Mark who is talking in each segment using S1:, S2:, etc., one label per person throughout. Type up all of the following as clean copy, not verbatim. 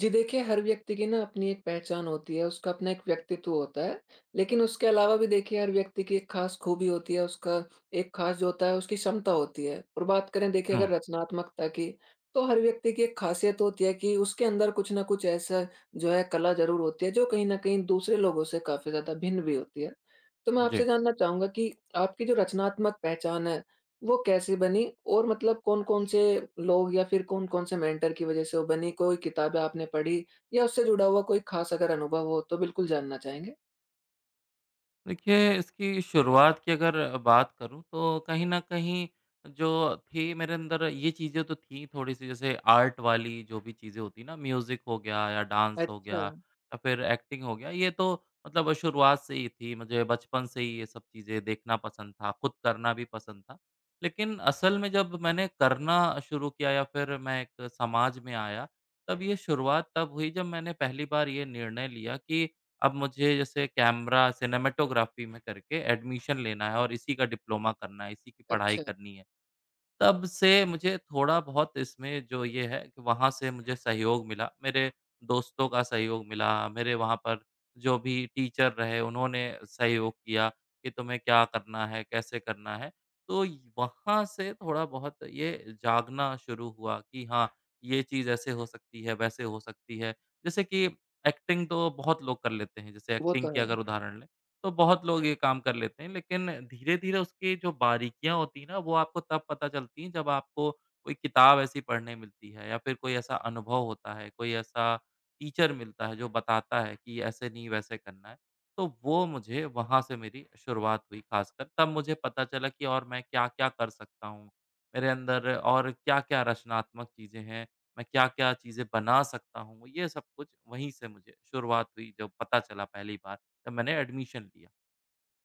S1: जी देखिए, हर व्यक्ति की ना अपनी एक पहचान होती है, उसका अपना एक व्यक्तित्व होता है। लेकिन उसके अलावा भी देखिए हर व्यक्ति की एक ख़ास खूबी होती है, उसका एक ख़ास जो होता है उसकी क्षमता होती है। और बात करें देखिए अगर
S2: हुँ,
S1: रचनात्मकता की, तो हर व्यक्ति की एक ख़ासियत होती है कि उसके अंदर कुछ न कुछ ऐसा जो है कला ज़रूर होती है जो कहीं न कहीं दूसरे लोगों से काफ़ी ज़्यादा भिन्न भी होती है। तो मैं आपसे
S2: जी।
S1: जानना चाहूँगा कि आपकी जो रचनात्मक पहचान है, वो कैसे बनी और मतलब कौन-कौन से लोग या फिर कौन-कौन से मेंटर की वजह से वो बनी? कोई किताबें आपने पढ़ी या उससे जुड़ा हुआ कोई खास अगर अनुभव हो तो बिल्कुल जानना चाहेंगे।
S2: देखिए, इसकी शुरुआत की अगर बात करूँ, तो कहीं न कहीं जो थी मेरे अंदर ये चीज़ें तो थी थोड़ी-सी जैसे आर्ट वाली जो भी चीज़ें होती हैं ना, म्यूज़िक हो गया या डांस हो
S1: अच्छा,
S2: गया या फिर एक्टिंग हो गया, ये तो मतलब शुरुआत से ही थी। मुझे बचपन से ही ये सब चीज़ें देखना पसंद था, खुद करना भी पसंद था। लेकिन असल में जब मैंने करना शुरू किया या फिर मैं एक समाज में आया, तब ये शुरुआत तब हुई जब मैंने पहली बार ये निर्णय लिया कि अब मुझे जैसे कैमरा सिनेमैटोग्राफ़ी में करके एडमिशन लेना है और इसी का डिप्लोमा करना है, इसी की पढ़ाई
S1: अच्छा।
S2: करनी है। तब से मुझे थोड़ा बहुत इसमें जो ये है कि वहाँ से मुझे सहयोग मिला, मेरे दोस्तों का सहयोग मिला, मेरे वहाँ पर जो भी टीचर रहे उन्होंने सहयोग किया कि तुम्हें क्या करना है, कैसे करना है। तो य वहाँ से थोड़ा बहुत ये जागना शुरू हुआ कि हाँ, ये चीज़ ऐसे हो सकती है, वैसे हो सकती है। जैसे कि एक्टिंग तो बहुत लोग कर लेते हैं, जैसे
S1: वो
S2: एक्टिंग
S1: तो
S2: की
S1: है।
S2: अगर उदाहरण लें तो बहुत लोग ये काम कर लेते हैं, लेकिन धीरे-धीरे उसकी जो बारीकियाँ होती हैं ना, वो आपको तब पता चलती हैं जब आपको कोई किताब ऐसी पढ़ने मिलती है या फिर कोई ऐसा अनुभव होता है, कोई ऐसा टीचर मिलता है जो बताता है कि ऐसे नहीं वैसे करना है। तो वो मुझे वहाँ से मेरी शुरुआत हुई खासकर, तब मुझे पता चला कि और मैं क्या-क्या कर सकता हूँ, मेरे अंदर और क्या-क्या रचनात्मक चीज़ें हैं, मैं क्या-क्या चीज़ें बना सकता हूँ, ये सब कुछ वहीं से मुझे शुरुआत हुई जब पता चला पहली बार। तब मैंने एडमिशन लिया।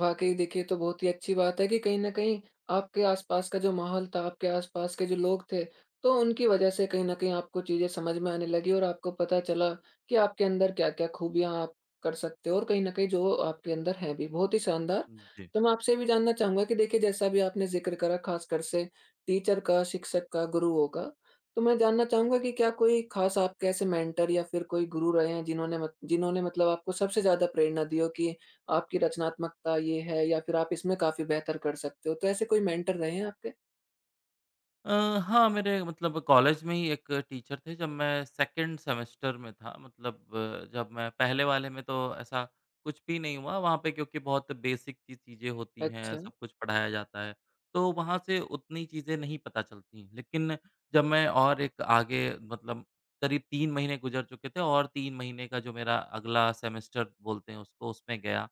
S1: वाक़ई देखिए, ये तो बहुत ही अच्छी बात है कि कहीं न कहीं आपके आसपास का जो माहौल था, आपके आसपास के जो लोग थे, तो उनकी वज़ह से कहीं न कहीं आपको चीज़ें समझ में आने लगी और आपको पता चला कि आपके अंदर क्या-क्या खूबियाँ आप कर सकते हो और कहीं न कहीं जो आपके अंदर हैं भी। बहुत ही शानदार।
S2: जी।
S1: तो मैं आपसे ये भी जानना चाहूँगा कि देखिए, जैसा अभी आपने ज़िक्र करा ख़ासकर से टीचर का, शिक्षक का, गुरुओं का, तो मैं जानना चाहूँगा कि क्या कोई ख़ास आपके ऐसे मेंटर या फिर कोई गुरु रहे हैं जिन्होंने मत जिन्होंने मतलब आपको सबसे ज़्यादा प्रेरणा दी हो कि आपकी रचनात्मकता ये है या फिर आप इसमें काफ़ी बेहतर कर सकते हो। तो ऐसे कोई मेंटर रहे हैं आपके?
S2: अ, हाँ, मेरे मतलब कॉलेज में ही एक टीचर थे जब मैं सेकंड सेमेस्टर में था मतलब जब मैं पहले वाले में तो ऐसा कुछ भी नहीं हुआ, वहाँ पे क्योंकि बहुत बेसिक सी चीज़ें होती हैं,
S1: अच्छा।
S2: सब कुछ पढ़ाया जाता है, तो वहाँ से उतनी चीज़ें नहीं पता चलती। लेकिन जब मैं और एक आगे मतलब करीब 3 महीने गुज़र चुके थे और 3 महीने का जो मेरा अगला सेमेस्टर बोलते हैं उसको, उसमें गया,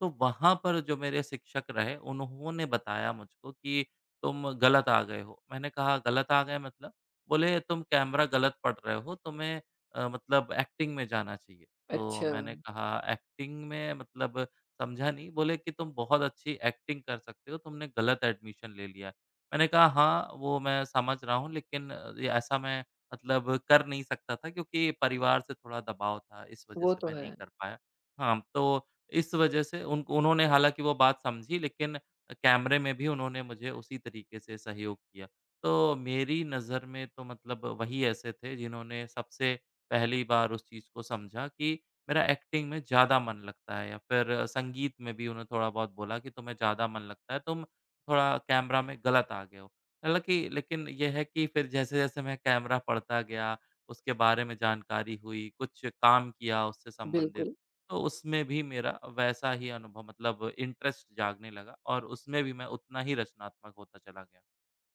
S2: तो वहाँ पर जो मेरे शिक्षक रहे, उन्होंने बताया मुझको कि तुम गलत आ गए हो। मैंने कहा गलत आ गए मतलब? बोले तुम कैमरा गलत पढ़ रहे हो, तुम्हें मतलब एक्टिंग में जाना चाहिए। तो
S1: अच्छा,
S2: मैंने कहा एक्टिंग में मतलब समझा नहीं। बोले कि तुम बहुत अच्छी एक्टिंग कर सकते हो, तुमने गलत एडमिशन ले लिया है। मैंने कहा हाँ, वो मैं समझ रहा हूँ लेकिन ये ऐसा मैं मतलब कर नहीं सकता था क्योंकि परिवार से थोड़ा दबाव था, इस वजह
S1: वो
S2: से
S1: तो
S2: मैं नहीं
S1: है।
S2: कर पाया। हाँ, तो इस वजह से उनको उन्होंने हालाँकि वो बात समझी लेकिन कैमरे में भी उन्होंने मुझे उसी तरीके से सहयोग किया। तो मेरी नज़र में तो मतलब वही ऐसे थे जिन्होंने सबसे पहली बार उस चीज़ को समझा कि मेरा एक्टिंग में ज़्यादा मन लगता है या फिर संगीत में भी उन्होंने थोड़ा बहुत बोला कि तुम्हें ज़्यादा मन लगता है, तुम थोड़ा कैमरा में गलत आ गए हो। हालाँकि लेकिन ये है कि फिर जैसे-जैसे मैं कैमरा पढ़ता गया, उसके बारे में जानकारी हुई, कुछ काम किया उससे संबंधित
S1: बिल्कुल।
S2: तो उसमें भी मेरा वैसा ही अनुभव मतलब इंटरेस्ट जागने लगा और उसमें भी मैं उतना ही रचनात्मक होता चला गया।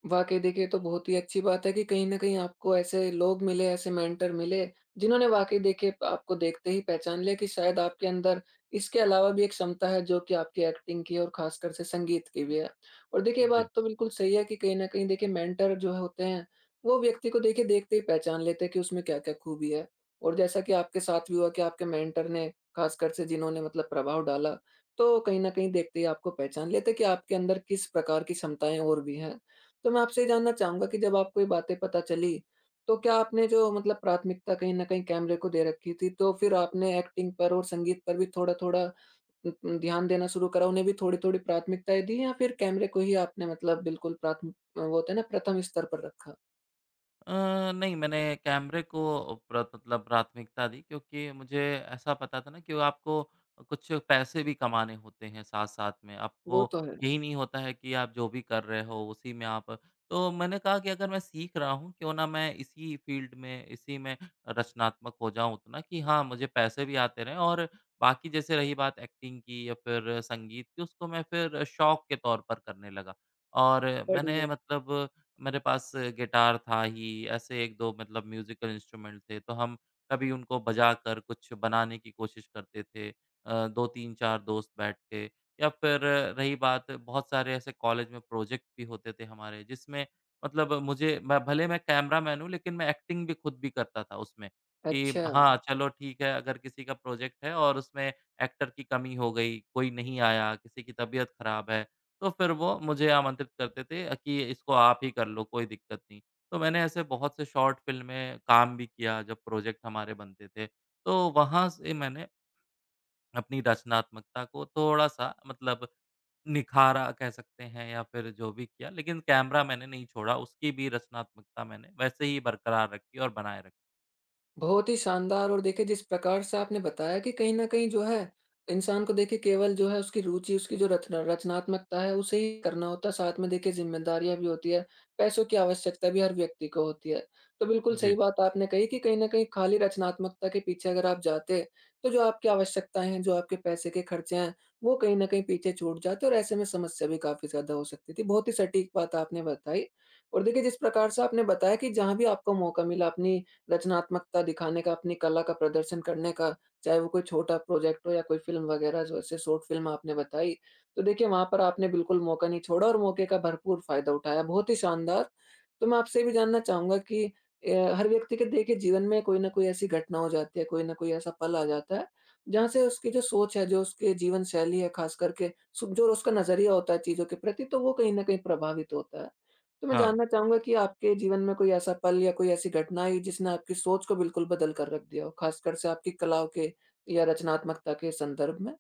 S1: वाक़ई देखिए, ये तो बहुत ही अच्छी बात है कि कहीं न कहीं आपको ऐसे लोग मिले, ऐसे मेंटर मिले, जिन्होंने वाक़ई देखिए आपको देखते ही पहचान लिया कि शायद आपके अंदर इसके अलावा भी एक क्षमता है जो कि आपकी एक्टिंग की और ख़ासकर से संगीत की भी है। और देखिए ये
S2: जी।
S1: बात तो बिल्कुल सही है कि कहीं न कहीं देखिए मेंटर जो होते हैं, वो व्यक्ति को देखिए देखते ही पहचान लेते हैं कि उसमें क्या-क्या खूबी है। और जैसा कि आपके साथ भी हुआ कि आपके मेंटर ने ख़ासकर से जिन्होंने मतलब प्रभाव डाला, तो कहीं न कहीं देखते ही आपको पहचान लेते हैं कि आपके अंदर किस प्रकार की क्षमताएँ और भी हैं। तो मैं आपसे ये जानना चाहूँगा कि जब आपको ये बातें पता चली, तो क्या आपने जो मतलब प्राथमिकता कहीं न कहीं कैमरे को दे रखी थी, तो फिर आपने एक्टिंग पर और संगीत पर भी थोड़ा-थोड़ा ध्यान देना शुरू करा, उन्हें भी थोड़ी-थोड़ी प्राथमिकताएँ दी या फिर कैमरे को ही आपने मतलब बिल्कुल प्राथम वो होता है ना, प्रथम स्तर पर रखा?
S2: नहीं मैंने कैमरे को प्र मतलब प्राथमिकता दी क्योंकि मुझे ऐसा पता था ना कि वो आपको कुछ पैसे भी कमाने होते हैं साथ-साथ में। आपको
S1: वो तो है।
S2: यही नहीं होता है कि आप जो भी कर रहे हो उसी में आप तो मैंने कहा कि अगर मैं सीख रहा हूँ क्यों ना मैं इसी फ़ील्ड में, इसी में रचनात्मक हो जाऊँ उतना कि हाँ, मुझे पैसे भी आते रहें और बाकी जैसे रही बात एक्टिंग की या फिर संगीत की उसको मैं फिर शौक के तौर पर करने लगा। और मैंने
S1: बढ़िया।
S2: मतलब मेरे पास गिटार था ही, ऐसे 1-2 मतलब म्यूज़िकल इंस्ट्रूमेंट थे, तो हम कभी उनको बजाकर कुछ बनाने की कोशिश करते थे। 2, 3, 4 दोस्त बैठ के या फिर रही बात बहुत सारे ऐसे कॉलेज में प्रोजेक्ट भी होते थे हमारे, जिसमें मतलब मुझे मैं भले मैं कैमरामैन हूँ, लेकिन मैं एक्टिंग भी खुद भी करता था उसमें कि
S1: अच्छा।
S2: हाँ, चलो ठीक है, अगर किसी का प्रोजेक्ट है और उसमें एक्टर की कमी हो गई, कोई नहीं आया, किसी की तबीयत खराब है, तो फिर वो मुझे आमंत्रित करते थे कि इसको आप ही कर लो, कोई दिक्कत नहीं। तो मैंने ऐसे बहुत से शॉर्ट फ़िल्म में काम भी किया जब प्रोजेक्ट हमारे बनते थे। तो वहाँ से मैंने अपनी रचनात्मकता को थोड़ा-सा मतलब निखारा कह सकते हैं या फिर जो भी किया, लेकिन कैमरा मैंने नहीं छोड़ा, उसकी भी रचनात्मकता मैंने वैसे ही बरकरार रखी और बनाए रखी।
S1: बहुत ही शानदार और देखिए जिस प्रकार से आपने बताया कि कहीं न कहीं जो है, इंसान को देखिए केवल जो है उसकी रुचि, उसकी जो रचनात्मकता है उसे ही करना होता है, साथ में देखिए ज़िम्मेदारियाँ भी होती है, पैसों की आवश्यकता भी हर व्यक्ति को होती है। तो बिल्कुल सही
S2: जी,
S1: बात आपने कही कि कहीं न कहीं खाली रचनात्मकता के पीछे अगर आप जाते, तो जो आपकी आवश्यकताएँ हैं, जो आपके पैसे के खर्चे हैं, वो कहीं न कहीं पीछे छूट जाते और ऐसे में समस्या भी काफ़ी ज़्यादा हो सकती थी। बहुत ही सटीक बात आपने बताई। और देखिए जिस प्रकार से आपने बताया कि जहाँ भी आपको मौका मिला अपनी रचनात्मकता दिखाने का, अपनी कला का प्रदर्शन करने का, चाहे वो कोई छोटा प्रोजेक्ट हो या कोई फ़िल्म वग़ैरह जैसे शॉर्ट फ़िल्म आपने बताई। तो देखिए वहाँ पर आपने बिल्कुल मौका नहीं छोड़ा और मौके का भरपूर फ़ायदा उठाया। बहुत ही शानदार। तो मैं आपसे ये भी जानना चाहूँगा कि हर व्यक्ति के देखिए जीवन में कोई न कोई ऐसी घटना हो जाती है, कोई न कोई ऐसा पल आ जाता है, जहाँ से उसकी जो सोच है, जो उसकी जीवन शैली है, ख़ास करके सु जो उसका नज़रिया होता है चीज़ों के प्रति, तो वो कहीं न कहीं प्रभावित होता है। तो मैं
S2: हाँ।
S1: जानना चाहूँगा कि आपके जीवन में कोई ऐसा पल या कोई ऐसी घटना आई जिसने आपकी सोच को बिल्कुल बदल कर रख दिया हो, ख़ासकर से आपकी कलाओं के या रचनात्मकता के संदर्भ में?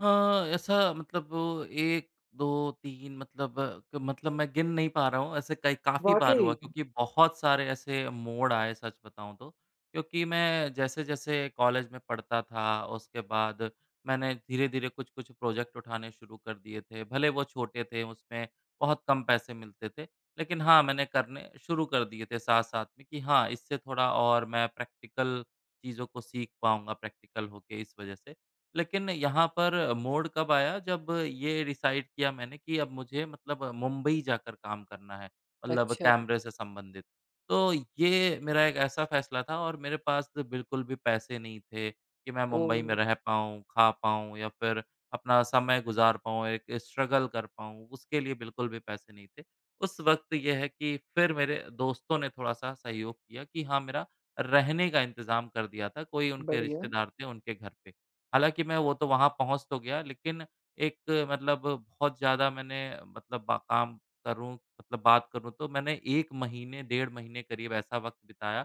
S2: हाँ, ऐसा मतलब 1, 2, 3 मतलब क मतलब मैं गिन नहीं पा रहा हूँ, ऐसे कई काफ़ी बार
S1: वाक़ई?
S2: हुआ क्योंकि बहुत सारे ऐसे मोड़ आए सच बताऊँ तो। क्योंकि मैं जैसे-जैसे कॉलेज में पढ़ता था, उसके बाद मैंने धीरे-धीरे कुछ-कुछ प्रोजेक्ट उठाने शुरू कर दिए थे। भले वो छोटे थे, उसमें बहुत कम पैसे मिलते थे, लेकिन हाँ, मैंने करने शुरू कर दिए थे साथ-साथ में कि हाँ, इससे थोड़ा और मैं प्रैक्टिकल चीज़ों को सीख पाऊँगा प्रैक्टिकल होके इस वजह से। लेकिन यहाँ पर मोड़ कब आया जब ये डिसाइड किया मैंने कि अब मुझे मतलब मुंबई जाकर काम करना है, मतलब
S1: अच्छा।
S2: कैमरे से संबंधित। तो ये मेरा एक ऐसा फैसला था और मेरे पास तो बिल्कुल भी पैसे नहीं थे कि मैं मुंबई में
S1: ओह!
S2: रह पाऊँ, खा पाऊँ या फिर अपना समय गुज़ार पाऊँ, एक स्ट्रगल कर पाऊँ, उसके लिए बिल्कुल भी पैसे नहीं थे। उस वक़्त ये है कि फिर मेरे दोस्तों ने थोड़ा-सा सहयोग किया कि हाँ, मेरा रहने का इंतज़ाम कर दिया था, कोई उनके
S1: बढ़िया।
S2: रिश्तेदार थे उनके घर पे। हालाँकि मैं वो तो वहाँ पहुँच तो गया लेकिन एक मतलब बहुत ज़्यादा मैंने मतलब बा काम करूँ मतलब बात करूँ तो मैंने 1 महीने, 1.5 महीने करीब ऐसा वक़्त बिताया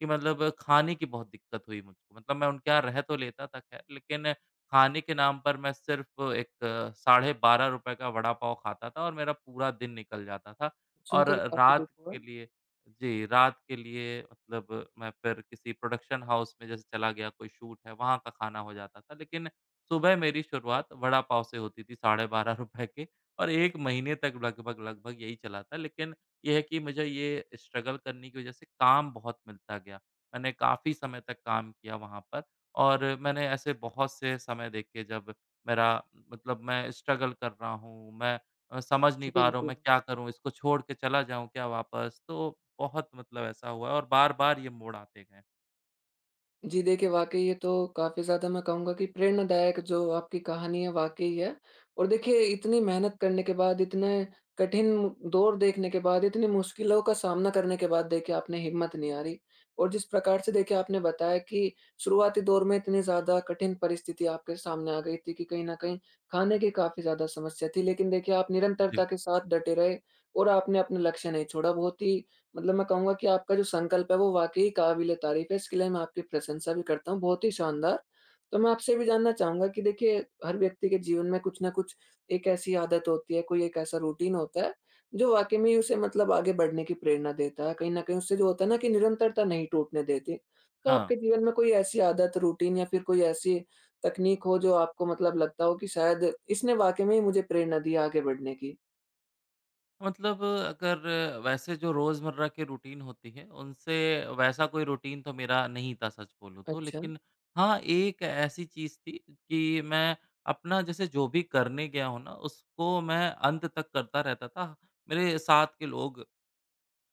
S2: कि मतलब खाने की बहुत दिक्कत हुई मुझको। मतलब मैं उनके यहाँ रह तो लेता था ख़ैर, लेकिन खाने के नाम पर मैं सिर्फ़ एक साढ़े 12 रुपए का वड़ा पाव खाता था और मेरा पूरा दिन निकल जाता था। और
S1: सुनकर काफ़ी
S2: रात
S1: दुःख हुआ।
S2: के लिए जी, रात के लिए मतलब मैं फिर किसी प्रोडक्शन हाउस में जैसे चला गया, कोई शूट है, वहाँ का खाना हो जाता था। लेकिन सुबह मेरी शुरुआत वड़ा पाव से होती थी, साढ़े 12 रुपए के और 1 महीने तक लगभग-लगभग यही चला था। लेकिन ये है कि मुझे ये स्ट्रगल करने की वज़ह से काम बहुत मिलता गया। मैंने काफ़ी समय तक काम किया वहाँ पर और मैंने ऐसे बहुत से समय देखे जब मेरा मतलब मैं स्ट्रगल कर रहा हूँ, मैं समझ नहीं पा रहा हूँ
S1: बिल्कुल।
S2: मैं क्या करूँ? इसको छोड़ के चला जाऊँ क्या वापस? तो बहुत मतलब ऐसा हुआ है और बार-बार ये मोड़ आते गए।
S1: जी देखिए, वाक़ई ये तो काफ़ी ज़्यादा मैं कहूँगा कि प्रेरणादायक जो आपकी कहानी है वाक़ई है। और देखिए इतनी मेहनत करने के बाद, इतने कठिन दौर देखने के बाद, इतनी मुश्किलों का सामना करने के बाद देखिए आपने हिम्मत नहीं हारी। और जिस प्रकार से देखिए आपने बताया कि शुरुआती दौर में इतनी ज़्यादा कठिन परिस्थिति आपके सामने आ गई थी कि कहीं न कहीं खाने की काफ़ी ज़्यादा समस्या थी। लेकिन देखिए आप
S2: जी।
S1: निरंतरता के साथ डटे रहे और आपने अपना लक्ष्य नहीं छोड़ा। बहुत ही मतलब मैं कहूँगा कि आपका जो संकल्प है वो वाक़ई काबिल-ए-तारीफ़ है, इसके लिए मैं आपकी प्रशंसा भी करता हूँ, बहुत ही शानदार। तो मैं आपसे भी जानना चाहूँगा कि देखिए, हर व्यक्ति के जीवन में कुछ न कुछ एक ऐसी आदत होती है, कोई एक ऐसा रूटीन होता है, जो वाक़ई में उसे मतलब आगे बढ़ने की प्रेरणा देता है, कहीं न कहीं उससे जो होता है ना कि निरंतरता नहीं टूटने देती। तो
S2: हाँ।
S1: आपके जीवन में कोई ऐसी आदत, रूटीन या फिर कोई ऐसी तकनीक हो जो आपको मतलब लगता हो कि शायद इसने वाक़ई में ही मुझे प्रेरणा दी आगे बढ़ने की?
S2: मतलब अगर वैसे जो रोज़मर्रा की रूटीन होती है, उनसे वैसा कोई रूटीन तो मेरा नहीं था सच बोलूँ तो।
S1: अच्छा,
S2: लेकिन हाँ, एक ऐसी चीज़ थी कि मैं अपना जैसे जो भी करने गया हूँ ना, उसको मैं अंत तक करता रहता था। मेरे साथ के लोग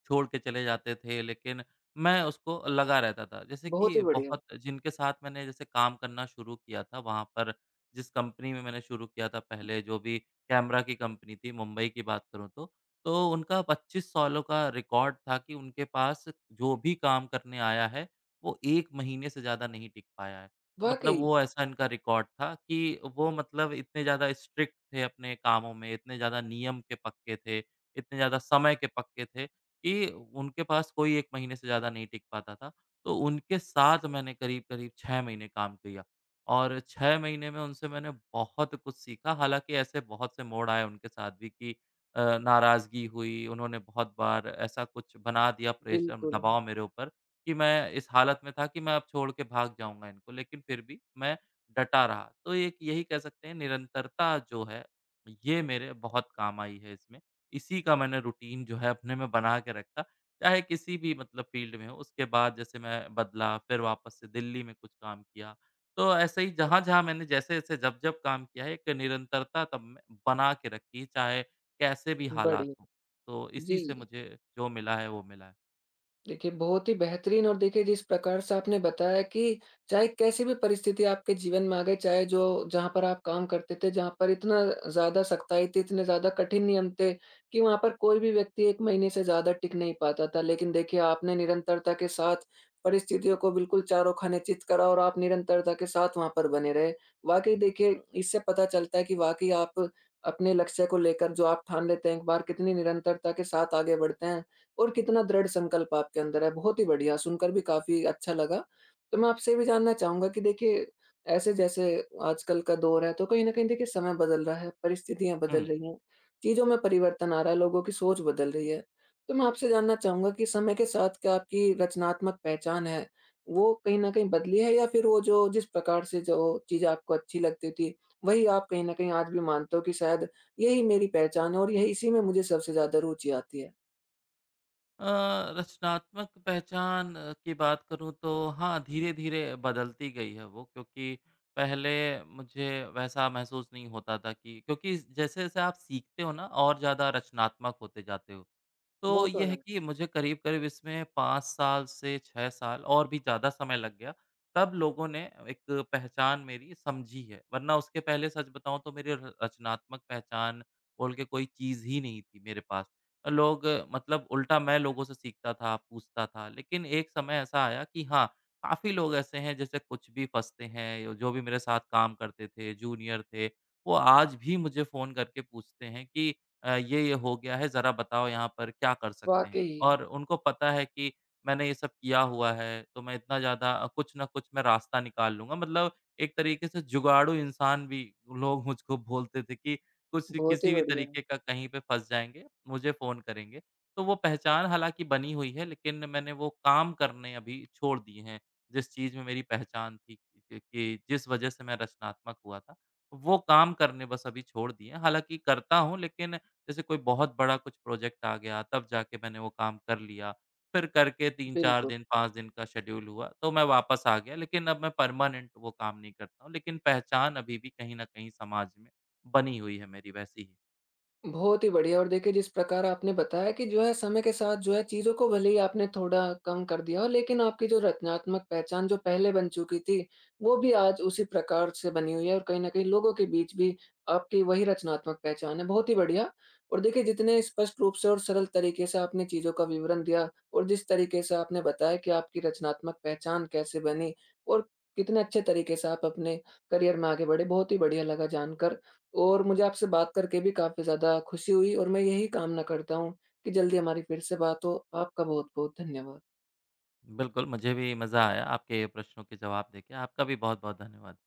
S2: छोड़ के चले जाते थे, लेकिन मैं उसको लगा रहता था। जैसे
S1: बहुत ही
S2: कि
S1: बढ़िया।
S2: बहुत जिनके साथ मैंने जैसे काम करना शुरू किया था, वहाँ पर जिस कंपनी में मैंने शुरू किया था पहले, जो भी कैमरा की कंपनी थी, मुंबई की बात करूँ तो उनका 25 सालों का रिकॉर्ड था कि उनके पास जो भी काम करने आया है, वो 1 महीने से ज़्यादा नहीं टिक पाया है। मतलब
S1: वाक़ई,
S2: वो ऐसा इनका रिकॉर्ड था कि वो मतलब इतने ज़्यादा स्ट्रिक्ट थे अपने कामों में, इतने ज़्यादा नियम के पक्के थे, इतने ज़्यादा समय के पक्के थे ये उनके पास कोई 1 महीने से ज़्यादा नहीं टिक पाता था। तो उनके साथ मैंने करीब-करीब 6 महीने काम किया और 6 महीने में उनसे मैंने बहुत कुछ सीखा। हालाँकि ऐसे बहुत से मोड़ आए उनके साथ भी कि नाराज़गी हुई, उन्होंने बहुत बार ऐसा कुछ बना दिया प्रेशर
S1: बिल्कुल।
S2: दबाव मेरे ऊपर कि मैं इस हालत में था कि मैं अब छोड़ के भाग जाऊँगा इनको, लेकिन फिर भी मैं डटा रहा। तो एक यही कह सकते हैं निरंतरता जो है, ये मेरे बहुत काम आई है इसमें। इसी का मैंने रूटीन जो है अपने में बना के रखा, चाहे किसी भी मतलब फ़ील्ड में हो। उसके बाद जैसे मैं बदला, फिर वापस से दिल्ली में कुछ काम किया। तो ऐसे ही जहाँ-जहाँ मैंने जैसे-जैसे जब-जब काम किया है, एक निरंतरता तब मैं बना के रखी है, चाहे कैसे भी हालात हों।
S1: बढ़िया।
S2: तो इसी से
S1: जी,
S2: मुझे जो मिला है, वो मिला है।
S1: देखिए बहुत ही बेहतरीन, और देखिए जिस प्रकार से आपने बताया कि चाहे कैसी भी परिस्थिति आपके जीवन में आ गई, चाहे जो जहाँ पर आप काम करते थे, जहाँ पर इतना ज़्यादा सख्ताई थी, इतने ज़्यादा कठिन नियम थे कि वहाँ पर कोई भी व्यक्ति 1 महीने से ज़्यादा टिक नहीं पाता था। लेकिन देखिए आपने निरंतरता के साथ परिस्थितियों को बिल्कुल चारों खाने चित करा और आप निरंतरता के साथ वहाँ पर बने रहे। वाक़ई देखिए इससे पता चलता है कि वाक़ई आप अपने लक्ष्य को लेकर जो आप ठान लेते हैं एक बार, कितनी निरंतरता के साथ आगे बढ़ते हैं। और कितना दृढ़ संकल्प आपके अंदर है। बहुत ही बढ़िया, सुनकर भी काफ़ी अच्छा लगा। तो मैं आपसे ये भी जानना चाहूँगा कि देखिए, ऐसे जैसे आजकल का दौर है, तो कहीं न कहीं देखिए समय बदल रहा है, परिस्थितियाँ बदल
S2: हुँ।
S1: रही हैं, चीज़ों में परिवर्तन आ रहा है, लोगों की सोच बदल रही है। तो मैं आपसे जानना चाहूँगा कि समय के साथ क्या आपकी रचनात्मक पहचान है, वो कहीं न कहीं बदली है या फिर वो जो जिस प्रकार से जो चीज़ें आपको अच्छी लगती थी, वही आप कहीं न कहीं आज भी मानते हो कि शायद यही मेरी पहचान है और यही इसी में मुझे सबसे ज़्यादा रुचि आती है?
S2: अ, रचनात्मक पहचान की बात करूँ तो हाँ, धीरे-धीरे बदलती गई है वो क्योंकि पहले मुझे वैसा महसूस नहीं होता था कि क्योंकि जैसे-जैसे आप सीखते हो ना और ज़्यादा रचनात्मक होते जाते हो।
S1: वो
S2: तो
S1: तो
S2: ये है
S1: है।
S2: कि मुझे करीब-करीब इसमें 5 साल से 6 साल और भी ज़्यादा समय लग गया, तब लोगों ने एक पहचान मेरी समझी है, वरना उसके पहले सच बताऊँ तो मेरी र रचनात्मक पहचान बोल के कोई चीज़ ही नहीं थी मेरे पास। लोग मतलब उल्टा मैं लोगों से सीखता था, पूछता था, लेकिन एक समय ऐसा आया कि हाँ, काफ़ी लोग ऐसे हैं जैसे कुछ भी फँसते हैं, जो भी मेरे साथ काम करते थे, जूनियर थे, वो आज भी मुझे फ़ोन करके पूछते हैं कि ये-ये हो गया है, ज़रा बताओ यहाँ पर क्या कर सकते हैं?
S1: वाक़ई,
S2: और उनको पता है कि मैंने ये सब किया हुआ है, तो मैं इतना ज़्यादा कुछ ना कुछ मैं रास्ता निकाल लूँगा। मतलब एक तरीके से जुगाड़ू इंसान भी लोग मुझको बोलते थे कि कुछ
S1: बहुत ही
S2: किसी भी
S1: बढ़िया,
S2: तरीके का कहीं पे फँस जाएँगे, मुझे फ़ोन करेंगे। तो वो पहचान हालाँकि बनी हुई है, लेकिन मैंने वो काम करने अभी छोड़ दिए हैं, जिस चीज़ में मेरी पहचान थी कि जिस वज़ह से मैं रचनात्मक हुआ था, वो काम करने बस अभी छोड़ दिए हैं। हालाँकि करता हूँ, लेकिन जैसे कोई बहुत बड़ा कुछ प्रोजेक्ट आ गया, तब जाके मैंने वो काम कर लिया। फिर करके 3-4
S1: बिल्कुल।
S2: दिन, 5 दिन का शेड्यूल हुआ, तो मैं वापस आ गया, लेकिन अब मैं परमानेंट वो काम नहीं करता हूँ। लेकिन पहचान अभी भी कहीं न कहीं समाज में बनी हुई है मेरी वैसी ही।
S1: बहुत ही बढ़िया और देखिए जिस प्रकार आपने बताया कि जो है समय के साथ जो है चीज़ों को भले ही आपने थोड़ा कम कर दिया हो, लेकिन आपकी जो रचनात्मक पहचान जो पहले बन चुकी थी, वो भी आज उसी प्रकार से बनी हुई है और कहीं न कहीं लोगों के बीच भी आपकी वही रचनात्मक पहचान है। बहुत ही बढ़िया। और देखिए जितने स्पष्ट रूप से और सरल तरीके से आपने चीज़ों का विवरण दिया और जिस तरीके से आपने बताया कि आपकी रचनात्मक पहचान कैसे बनी और कितने अच्छे तरीके से आप अपने करियर में आगे बढ़े, बहुत ही बढ़िया लगा जानकर। और मुझे आपसे बात करके भी काफ़ी ज़्यादा खुशी हुई और मैं यही कामना करता हूँ कि जल्दी हमारी फिर से बात हो। आपका बहुत-बहुत धन्यवाद।
S2: बिल्कुल, मुझे भी मज़ा आया आपके प्रश्नों के जवाब देके। आपका भी बहुत-बहुत धन्यवाद।